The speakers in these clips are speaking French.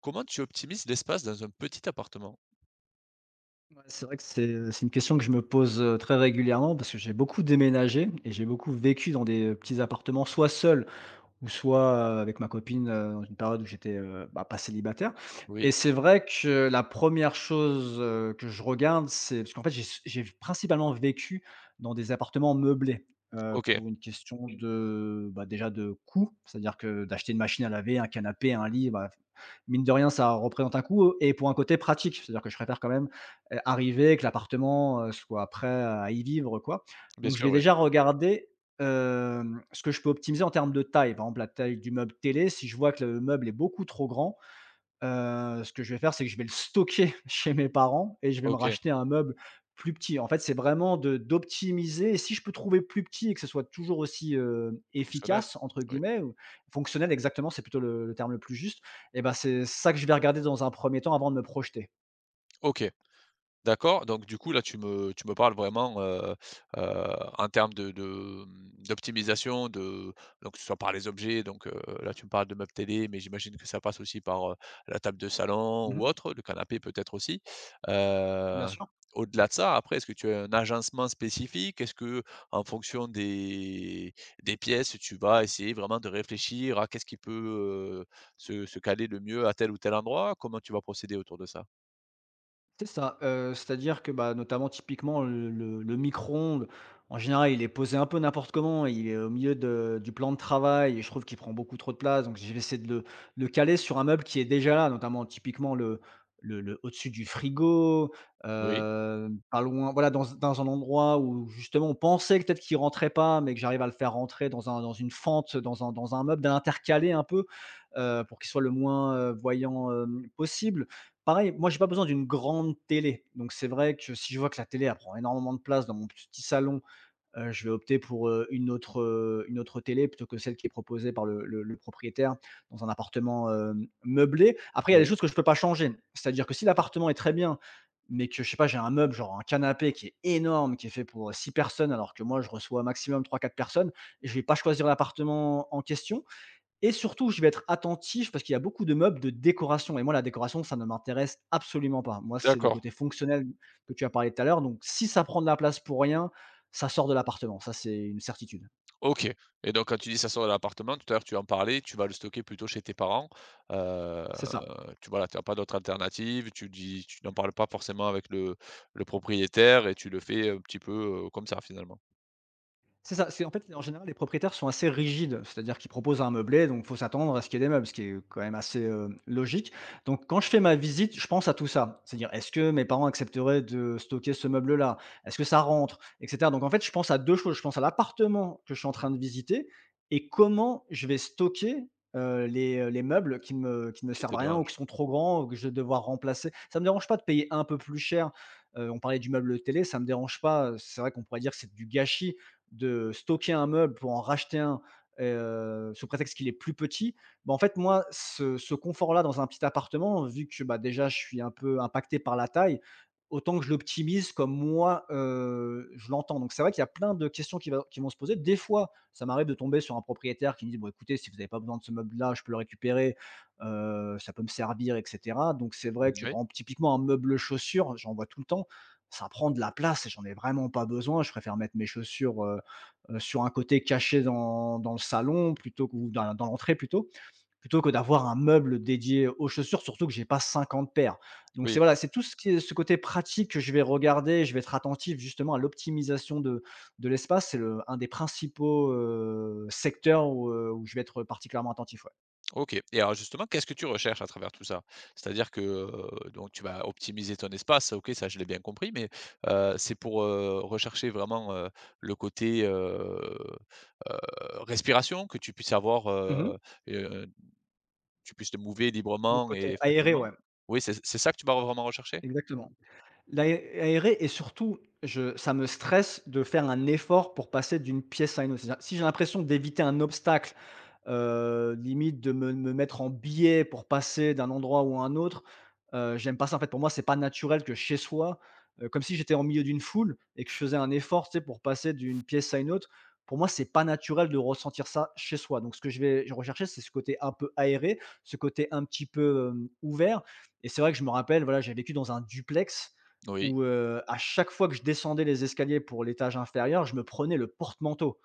Comment tu optimises l'espace dans un petit appartement? Ouais, c'est vrai que c'est une question que je me pose, très régulièrement parce que j'ai beaucoup déménagé et j'ai beaucoup vécu dans des petits appartements, soit seul, ou soit, avec ma copine, dans une période où j'étais, bah, pas célibataire. Et Oui, c'est vrai que la première chose, que je regarde, c'est parce qu'en fait, j'ai principalement vécu dans des appartements meublés, OK, pour une question, oui, de, bah, déjà de coût, c'est-à-dire que d'acheter une machine à laver, un canapé, un lit, bah, mine de rien, ça représente un coût et pour un côté pratique. C'est-à-dire que je préfère quand même, arriver, que l'appartement, soit prêt à y vivre, quoi. bien Donc je sûr, vais oui. déjà, oui, regarder, ce que je peux optimiser en termes de taille. Par exemple, la taille du meuble télé, si je vois que le meuble est beaucoup trop grand, ce que je vais faire, c'est que je vais le stocker chez mes parents et je vais me OK, racheter un meuble plus petit. En fait, c'est vraiment de d'optimiser et si je peux trouver plus petit et que ce soit toujours aussi, fonctionnel. «efficace» entre Oui, guillemets, ou fonctionnel, exactement, c'est plutôt le terme le plus juste. Et ben, c'est ça que je vais regarder dans un premier temps avant de me projeter. OK. D'accord, donc du coup là tu me parles vraiment, heu, en termes de mmh, d'optimisation de donc que ce soit par les objets donc, là tu me parles de meubles télé, mais j'imagine que ça passe aussi par, la table de salon ou Mmh. autre, le canapé peut-être aussi. Bien Heu, sûr. Au-delà de ça, après, est-ce que tu as un agencement spécifique? Est-ce que en fonction des pièces, tu vas essayer vraiment de réfléchir à qu'est-ce qui peut, se caler le mieux à tel ou tel endroit? Comment tu vas procéder autour de ça? C'est ça, c'est-à-dire que, bah, notamment typiquement le micro-ondes, en général, il est posé un peu n'importe comment, il est au milieu de du plan de travail et je trouve qu'il prend beaucoup trop de place, donc je vais essayer de le caler sur un meuble qui est déjà là, notamment typiquement le au-dessus du frigo, Oui, pas loin, voilà, dans un endroit où justement on pensait que peut-être qu'il rentrait pas, mais que j'arrive à le faire rentrer dans une fente, dans un meuble, d'intercaler un peu, pour qu'il soit le moins, voyant, possible. Pareil, moi j'ai pas besoin d'une grande télé, donc c'est vrai que si je vois que la télé elle prend énormément de place dans mon petit salon, je vais opter pour, une autre télé plutôt que celle qui est proposée par le propriétaire dans un appartement, meublé. Après il y a des oui, choses que je peux pas changer, c'est-à-dire que si l'appartement est très bien, mais que je sais pas, j'ai un meuble, genre un canapé qui est énorme, qui est fait pour 6 personnes alors que moi je reçois maximum trois quatre personnes, et je vais pas choisir l'appartement en question. Et surtout, je vais être attentif parce qu'il y a beaucoup de meubles de décoration, et moi la décoration, ça ne m'intéresse absolument pas. Moi, c'est le d'accord. côté fonctionnel que tu as parlé tout à l'heure, donc si ça prend de la place pour rien, ça sort de l'appartement, ça c'est une certitude. OK et donc quand tu dis: «Ça sort de l'appartement», tout à l'heure tu en parlais, tu vas le stocker plutôt chez tes parents, heu, C'est ça. tu voilà, tu as pas d'autre alternative, tu dis tu n'en parles pas forcément avec le propriétaire et tu le fais un petit peu, comme ça finalement, C'est ça, c'est, en fait, en général, les propriétaires sont assez rigides, c'est-à-dire qu'ils proposent un meublé, donc faut s'attendre à ce qu'il y ait des meubles, ce qui est quand même assez, logique. Donc quand je fais ma visite, je pense à tout ça. C'est-à-dire, est-ce que mes parents accepteraient de stocker ce meuble-là? Est-ce que ça rentre? Et cetera. Donc en fait, je pense à 2 choses, je pense à l'appartement que je suis en train de visiter et comment je vais stocker, les meubles qui ne me qui servent te à rien ou qui dérange? sont trop grands ou que je vais devoir remplacer. Ça me dérange pas de payer un peu plus cher, on parlait du meuble télé, ça me dérange pas, c'est vrai qu'on pourrait dire que c'est du gâchis, de stocker un meuble pour en racheter un, sous prétexte qu'il est plus petit, bah, en fait, moi, ce confort-là dans un petit appartement, vu que, bah, déjà, je suis un peu impacté par la taille, autant que je l'optimise comme moi, je l'entends. Donc c'est vrai qu'il y a plein de questions qui vont se poser. Des fois, ça m'arrive de tomber sur un propriétaire qui me dit: «Bon, écoutez, si vous avez pas besoin de ce meuble-là, je peux le récupérer, ça peut me servir, et cetera». Donc c'est Mmh, vrai que, par oui, exemple, typiquement un meuble chaussures, j'en vois tout le temps, ça prend de la place et j'en ai vraiment pas besoin. Je préfère mettre mes chaussures, sur un côté caché dans le salon plutôt que, ou dans l'entrée plutôt, que d'avoir un meuble dédié aux chaussures, surtout que j'ai pas 50 paires. Donc c'est, oui, voilà, c'est tout ce qui est ce côté pratique que je vais regarder, je vais être attentif justement à l'optimisation de l'espace. C'est le un des principaux, secteurs où, où je vais être particulièrement attentif, ouais. OK et alors justement, qu'est-ce que tu recherches à travers tout ça? C'est-à-dire que, donc tu vas optimiser ton espace, OK, ça je l'ai bien compris mais, c'est pour, rechercher vraiment, le côté, heu, respiration, que tu puisses avoir, Mmh. Tu puisses te mouver Le librement côté et aéré, facilement? ouais, Oui, c'est ça que tu vas vraiment rechercher? exactement. L'aé aéré, et surtout, je ça me stresse de faire un effort pour passer d'une pièce à une autre. C'est-à-dire si j'ai l'impression d'éviter un obstacle, limite de me mettre en biais pour passer d'un endroit ou à un autre, j'aime pas ça. En fait, pour moi, c'est pas naturel que chez soi, comme si j'étais en milieu d'une foule et que je faisais un effort, tu sais, pour passer d'une pièce à une autre. Pour moi, c'est pas naturel de ressentir ça chez soi. Donc ce que je vais rechercher, c'est ce côté un peu aéré, ce côté un petit peu, ouvert. Et c'est vrai que je me rappelle, voilà, j'ai vécu dans un duplex Oui, où, à chaque fois que je descendais les escaliers pour l'étage inférieur, je me prenais le porte-manteau.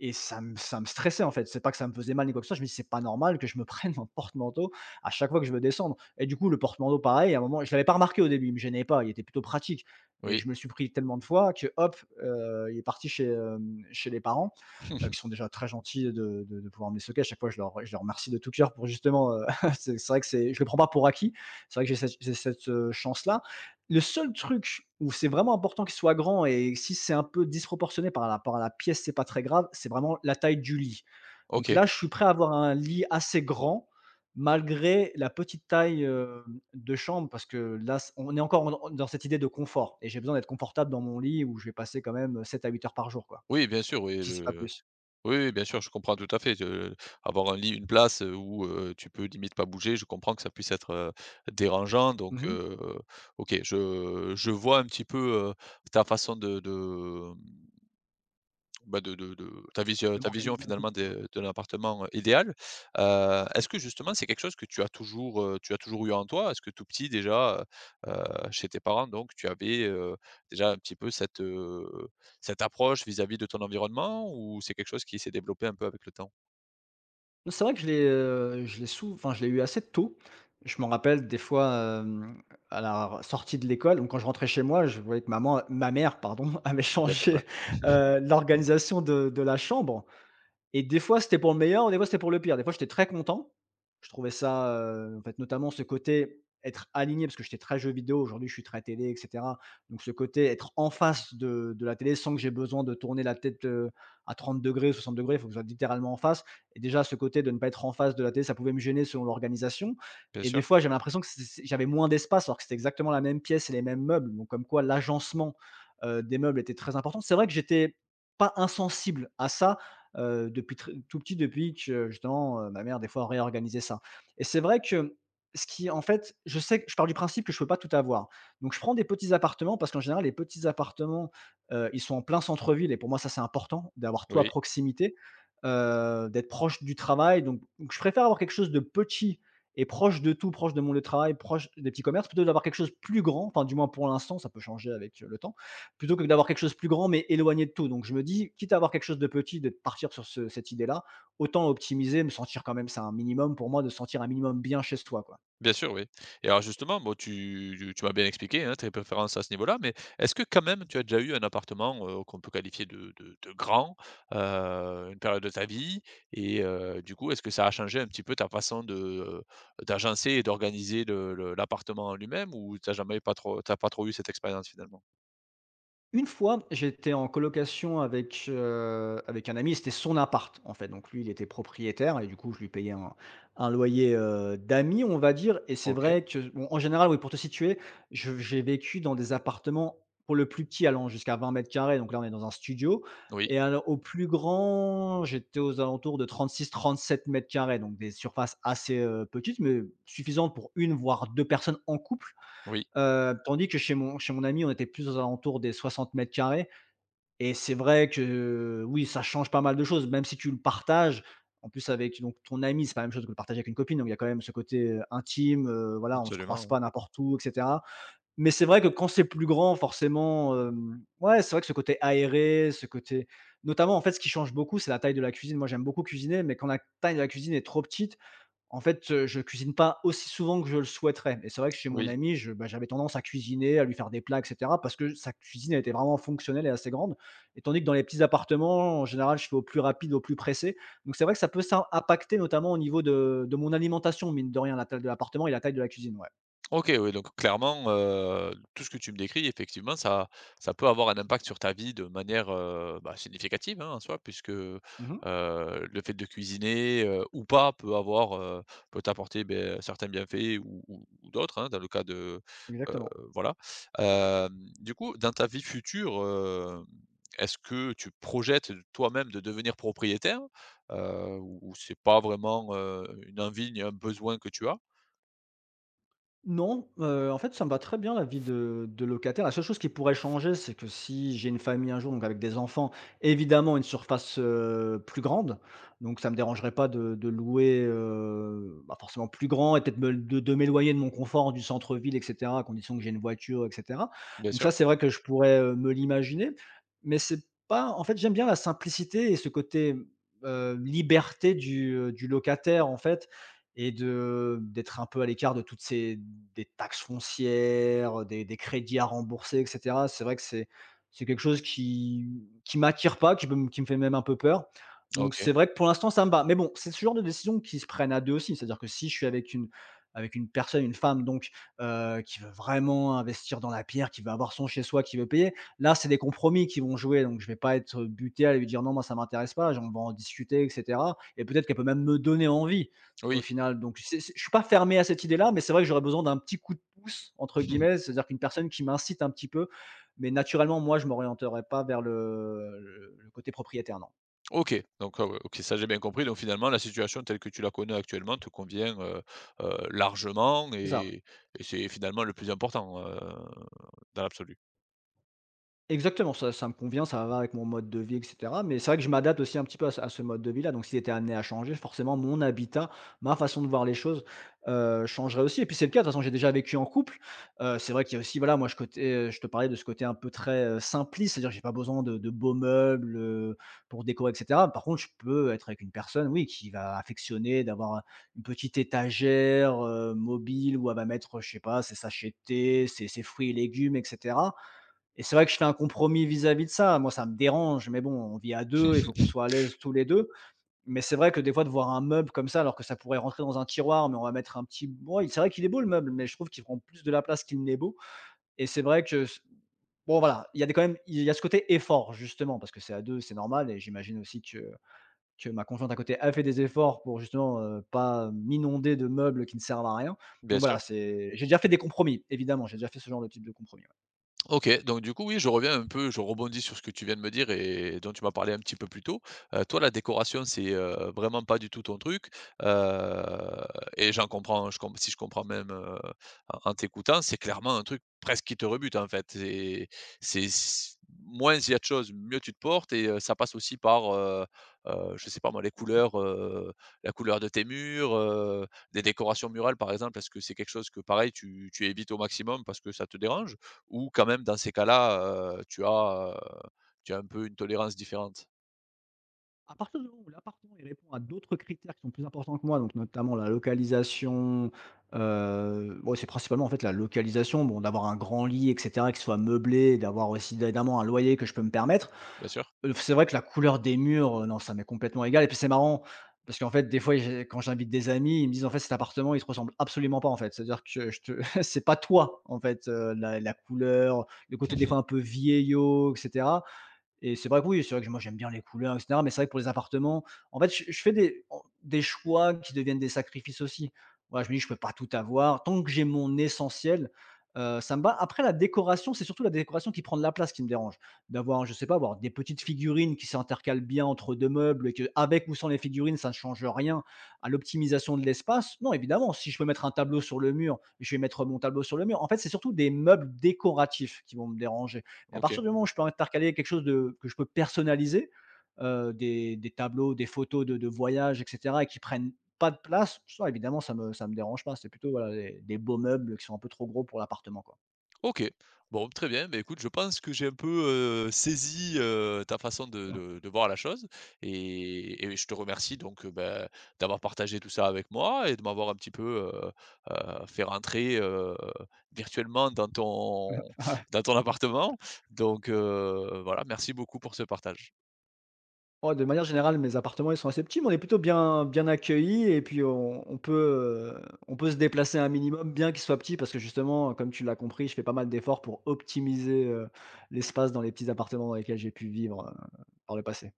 Et ça me stressait, en fait. C'est pas que ça me faisait mal ni quoi que ce soit, je me dis: «C'est pas normal que je me prenne mon porte-manteau à chaque fois que je veux descendre», et du coup, le porte-manteau, pareil, à un moment je l'avais pas remarqué au début, il me gênait pas, il était plutôt pratique. Mais oui. je me le suis pris tellement de fois que hop, il est parti chez, chez les parents, qui sont déjà très gentils de pouvoir me les stocker. À chaque fois, je les remercie de tout cœur pour justement, c'est vrai que c'est je le prends pas pour acquis. C'est vrai que j'ai cette chance-là. Le seul truc où c'est vraiment important qu'il soit grand, et si c'est un peu disproportionné par rapport à la pièce, c'est pas très grave, c'est vraiment la taille du lit. Donc OK. là, je suis prêt à avoir un lit assez grand malgré la petite taille, de chambre, parce que là, c on est encore dans cette idée de confort et j'ai besoin d'être confortable dans mon lit où je vais passer quand même, 7 à 8 heures par jour, quoi, Oui, bien sûr, oui, si c'est pas le plus. oui, oui, bien sûr, je comprends tout à fait. Je avoir un lit, une place, où, tu peux limite pas bouger, je comprends que ça puisse être, dérangeant donc Mmh mh. OK, je vois un petit peu, ta façon de mmh bah, de De ta vision m'organiser un petit. finalement de l'appartement, idéal. Est-ce que justement c'est quelque chose que tu as toujours eu en toi? Est-ce que tout petit déjà, heu heu, chez tes parents donc tu avais, déjà un petit peu cette, cette approche vis-à-vis de ton environnement ou c'est quelque chose qui s'est développé un peu avec le temps? Non, c'est vrai que je l'ai sou enfin, je l'ai eu assez tôt. Je m'en rappelle des fois, à la sortie de l'école, donc quand je rentrais chez moi, je voyais que maman, ma mère, pardon, avait Il y a pas de mal. changé, l'organisation de la chambre, et des fois, c'était pour le meilleur, des fois, c'était pour le pire. Des fois, j'étais très content. Je trouvais ça, en fait, notamment ce côté être aligné, parce que j'étais très jeu vidéo, aujourd'hui, je suis très télé, et cetera. Donc ce côté être en face de la télé sans que j'ai besoin de tourner la tête, à 30°, degrés, 60°, il faut que je sois littéralement en face. Et déjà, ce côté de ne pas être en face de la télé, ça pouvait me gêner selon l'organisation. Bien Et des sûr, fois, j'avais l'impression que c c j'avais moins d'espace alors que c'était exactement la même pièce et les mêmes meubles. Donc comme quoi l'agencement, des meubles était très important. C'est vrai que j'étais pas insensible à ça, depuis très tout petit, depuis que justement, ma mère des fois réorganisait ça, et c'est vrai que ce qui, en fait, je sais que je pars du principe que je peux pas tout avoir. Donc je prends des petits appartements parce qu'en général les petits appartements, ils sont en plein centre-ville et pour moi ça c'est important d'avoir tout à oui. proximité, d'être proche du travail donc je préfère avoir quelque chose de petit et proche de tout, proche de mon lieu de travail, proche des petits commerces plutôt que d'avoir quelque chose de plus grand, enfin du moins pour l'instant, ça peut changer avec, le temps, plutôt que d'avoir quelque chose de plus grand, mais éloigné de tout. Donc je me dis, quitte à avoir quelque chose de petit, de partir sur ce cette idée-là, autant optimiser, me sentir quand même, c'est un minimum pour moi de se sentir un minimum bien chez soi, quoi. Bien sûr, oui. Et alors justement, bon, tu m'as bien expliqué, hein, tes préférences à ce niveau-là, mais est-ce que quand même tu as déjà eu un appartement, qu'on peut qualifier de grand, une période de ta vie et du coup, est-ce que ça a changé un petit peu ta façon de, d'agencer et d'organiser le l'appartement en lui-même ou t'as pas trop eu cette expérience finalement? Une fois, j'étais en colocation avec, avec un ami, c'était son appart, en fait. Donc lui, il était propriétaire et du coup, je lui payais un loyer, d'amis, on va dire, et c'est OK. vrai que bon, en général, oui, pour te situer, je j'ai vécu dans des appartements, pour le plus petit, allant jusqu'à 20 carrés. Donc là, on est dans un studio Oui, et alors au plus grand, j'étais aux alentours de 36-37 carrés, donc des surfaces assez, petites, mais suffisantes pour une voire 2 personnes en couple. oui, Tandis que chez mon ami, on était plus aux alentours des 60 carrés. Et c'est vrai que, oui, ça change pas mal de choses, même si tu le partages. En plus avec donc ton ami, c'est pas la même chose que le partager avec une copine, donc il y a quand même ce côté, intime, voilà, on se absolument, croise oui. pas n'importe où et cetera. Mais c'est vrai que quand c'est plus grand, forcément, ouais, c'est vrai que ce côté aéré, ce côté notamment, en fait, ce qui change beaucoup, c'est la taille de la cuisine. Moi, j'aime beaucoup cuisiner, mais quand la taille de la cuisine est trop petite, en fait, je cuisine pas aussi souvent que je le souhaiterais et c'est vrai que chez mon Oui. ami, je bah, j'avais tendance à cuisiner, à lui faire des plats et cetera parce que sa cuisine, elle était vraiment fonctionnelle et assez grande, et tandis que dans les petits appartements, en général, je fais au plus rapide, au plus pressé, donc c'est vrai que ça peut ça impacter notamment au niveau de mon alimentation, mine de rien, la taille de l'appartement et la taille de la cuisine, ouais. OK, oui, donc clairement, tout ce que tu me décris, effectivement, ça peut avoir un impact sur ta vie de manière, bah, significative, hein, en soi, puisque, Mmh. le fait de cuisiner, ou pas peut avoir, peut t'apporter, beh, certains bienfaits ou ou d'autres, hein, dans le cas de heu, Exactement. voilà. Hem, du coup, dans ta vie future, est-ce que tu projettes toi-même de devenir propriétaire? Ou c'est pas vraiment, une envie ni un besoin que tu as? Non, en fait, ça me va très bien la vie de locataire. La seule chose qui pourrait changer, c'est que si j'ai une famille un jour, donc avec des enfants, évidemment une surface, plus grande. Donc ça me dérangerait pas de louer, bah, forcément plus grand et peut-être me de m'éloigner de mon confort, du centre-ville et cetera, à condition que j'ai une voiture et cetera. Bien Donc ça, sûr. c'est vrai que je pourrais, me l'imaginer, mais c'est pas en fait, j'aime bien la simplicité et ce côté, liberté du locataire, en fait, et de d'être un peu à l'écart de toutes ces des taxes foncières, des crédits à rembourser et cetera. C'est vrai que c'est quelque chose qui m'attire pas, qui peut me qui me fait même un peu peur. Donc c'est OK. vrai que pour l'instant ça me va. Mais bon, c'est ce genre de décision qui se prennent à 2 aussi. C'est-à-dire que si je suis avec une personne, une femme donc, qui veut vraiment investir dans la pierre, qui veut avoir son chez soi, qui veut payer, là c'est des compromis qui vont jouer. Donc je vais pas être buté à lui dire: «Non moi ça m'intéresse pas», j'en on va en discuter et cetera et peut-être qu'elle peut même me donner envie au Oui. final. Donc, je suis pas fermé à cette idée-là, mais c'est vrai que j'aurais besoin d'un petit coup de pouce, entre Mmh. guillemets, c'est-à-dire qu'une personne qui m'incite un petit peu. Mais naturellement, moi, je m'orienterais pas vers le côté propriétaire, non. OK, donc, ouais, OK, ça j'ai bien compris. Donc finalement, la situation telle que tu la connais actuellement te convient, largement C'est ça. Et c'est finalement le plus important, dans l'absolu. Exactement, ça me convient, ça va avec mon mode de vie et cetera, mais c'est vrai que je m'adapte aussi un petit peu à ce mode de vie-là, donc s'il était amené à changer, forcément mon habitat, ma façon de voir les choses, changerait aussi et puis c'est le cas, de toute façon, j'ai déjà vécu en couple, c'est vrai qu'il y a aussi, voilà, moi, je côté, je te parlais de ce côté un peu très, simpliste, c'est-à-dire que j'ai pas besoin de beaux meubles, pour décorer et cetera. Par contre, je peux être avec une personne, oui, qui va affectionner d'avoir une petite étagère, mobile où elle va mettre, je sais pas, ses sachets de thé, ses fruits et légumes etc. Et c'est vrai que je fais un compromis vis-à-vis de ça. Moi, ça me dérange, mais bon, on vit à 2, il faut qu'on soit à l'aise tous les 2. Mais c'est vrai que des fois, de voir un meuble comme ça, alors que ça pourrait rentrer dans un tiroir, mais on va mettre un petit. Bon, c'est vrai qu'il est beau le meuble, mais je trouve qu'il prend plus de la place qu'il n'est beau. Et c'est vrai que. Bon, voilà, il y a des- quand même il y a ce côté effort, justement, parce que c'est à 2, c'est normal. Et j'imagine aussi que ma conjointe à côté a fait des efforts pour justement pas m'inonder de meubles qui ne servent à rien. Bien Donc sûr. voilà, c'est j'ai déjà fait des compromis, évidemment, j'ai déjà fait ce genre de type de compromis. OK, donc du coup, oui, je reviens un peu, je rebondis sur ce que tu viens de me dire et dont tu m'as parlé un petit peu plus tôt. Toi, la décoration, c'est, vraiment pas du tout ton truc, heu et j'en comprends, je com si je comprends même, en en t'écoutant, c'est clairement un truc presque qui te rebute, en fait. C'est s moins il y a de choses, mieux tu te portes et ça passe aussi par, je sais pas moi, les couleurs, la couleur de tes murs, des décorations murales, par exemple. Est-ce que c'est quelque chose que, pareil, tu évites au maximum parce que ça te dérange? Ou quand même dans ces cas-là, tu as un peu une tolérance différente? À partir du moment où l'appartement, il répond à d'autres critères qui sont plus importants que moi, donc notamment la localisation, ouais, c'est principalement, en fait, la localisation, bon, d'avoir un grand lit et cetera, qui soit meublé, d'avoir aussi évidemment un loyer que je peux me permettre. Bien sûr? C'est vrai que la couleur des murs, non, ça m'est complètement égal et puis c'est marrant parce qu'en fait, des fois, j'ai quand j'invite des amis, ils me disent: «En fait, cet appartement, il te ressemble absolument pas, en fait». C'est-à-dire que je te c'est pas toi, en fait, la couleur, le côté des fois un peu vieillot et cetera. Et c'est vrai que oui, c'est vrai que moi j'aime bien les couleurs et cetera, mais c'est vrai que pour les appartements, en fait, je fais des choix qui deviennent des sacrifices aussi. Voilà, je me dis: «Je peux pas tout avoir». Tant que j'ai mon essentiel, ça me va. Après la décoration, c'est surtout la décoration qui prend de la place qui me dérange. D'avoir, je sais pas, avoir des petites figurines qui s'intercalent bien entre 2 meubles et que, avec ou sans les figurines, ça ne change rien à l'optimisation de l'espace. Non, évidemment, si je peux mettre un tableau sur le mur, je vais mettre mon tableau sur le mur. En fait, c'est surtout des meubles décoratifs qui vont me déranger. Mais à OK. partir du moment où je peux intercaler quelque chose de que je peux personnaliser, des tableaux, des photos de voyage et cetera et qui prennent pas de place, ça évidemment ça me dérange pas. C'est plutôt voilà des beaux meubles qui sont un peu trop gros pour l'appartement, quoi. OK. Bon, très bien, mais écoute, je pense que j'ai un peu, saisi, ta façon de Ouais. de de voir la chose et je te remercie donc, bah, d'avoir partagé tout ça avec moi et de m'avoir un petit peu, fait rentrer, virtuellement Ouais. dans ton appartement. Donc, voilà, merci beaucoup pour ce partage. Oh, de manière générale, mes appartements, ils sont assez petits, mais on est plutôt bien accueillis et puis on peut, heu, on peut se déplacer un minimum, bien qu'ils soient petits parce que justement, comme tu l'as compris, je fais pas mal d'efforts pour optimiser, l'espace dans les petits appartements dans lesquels j'ai pu vivre, par le passé.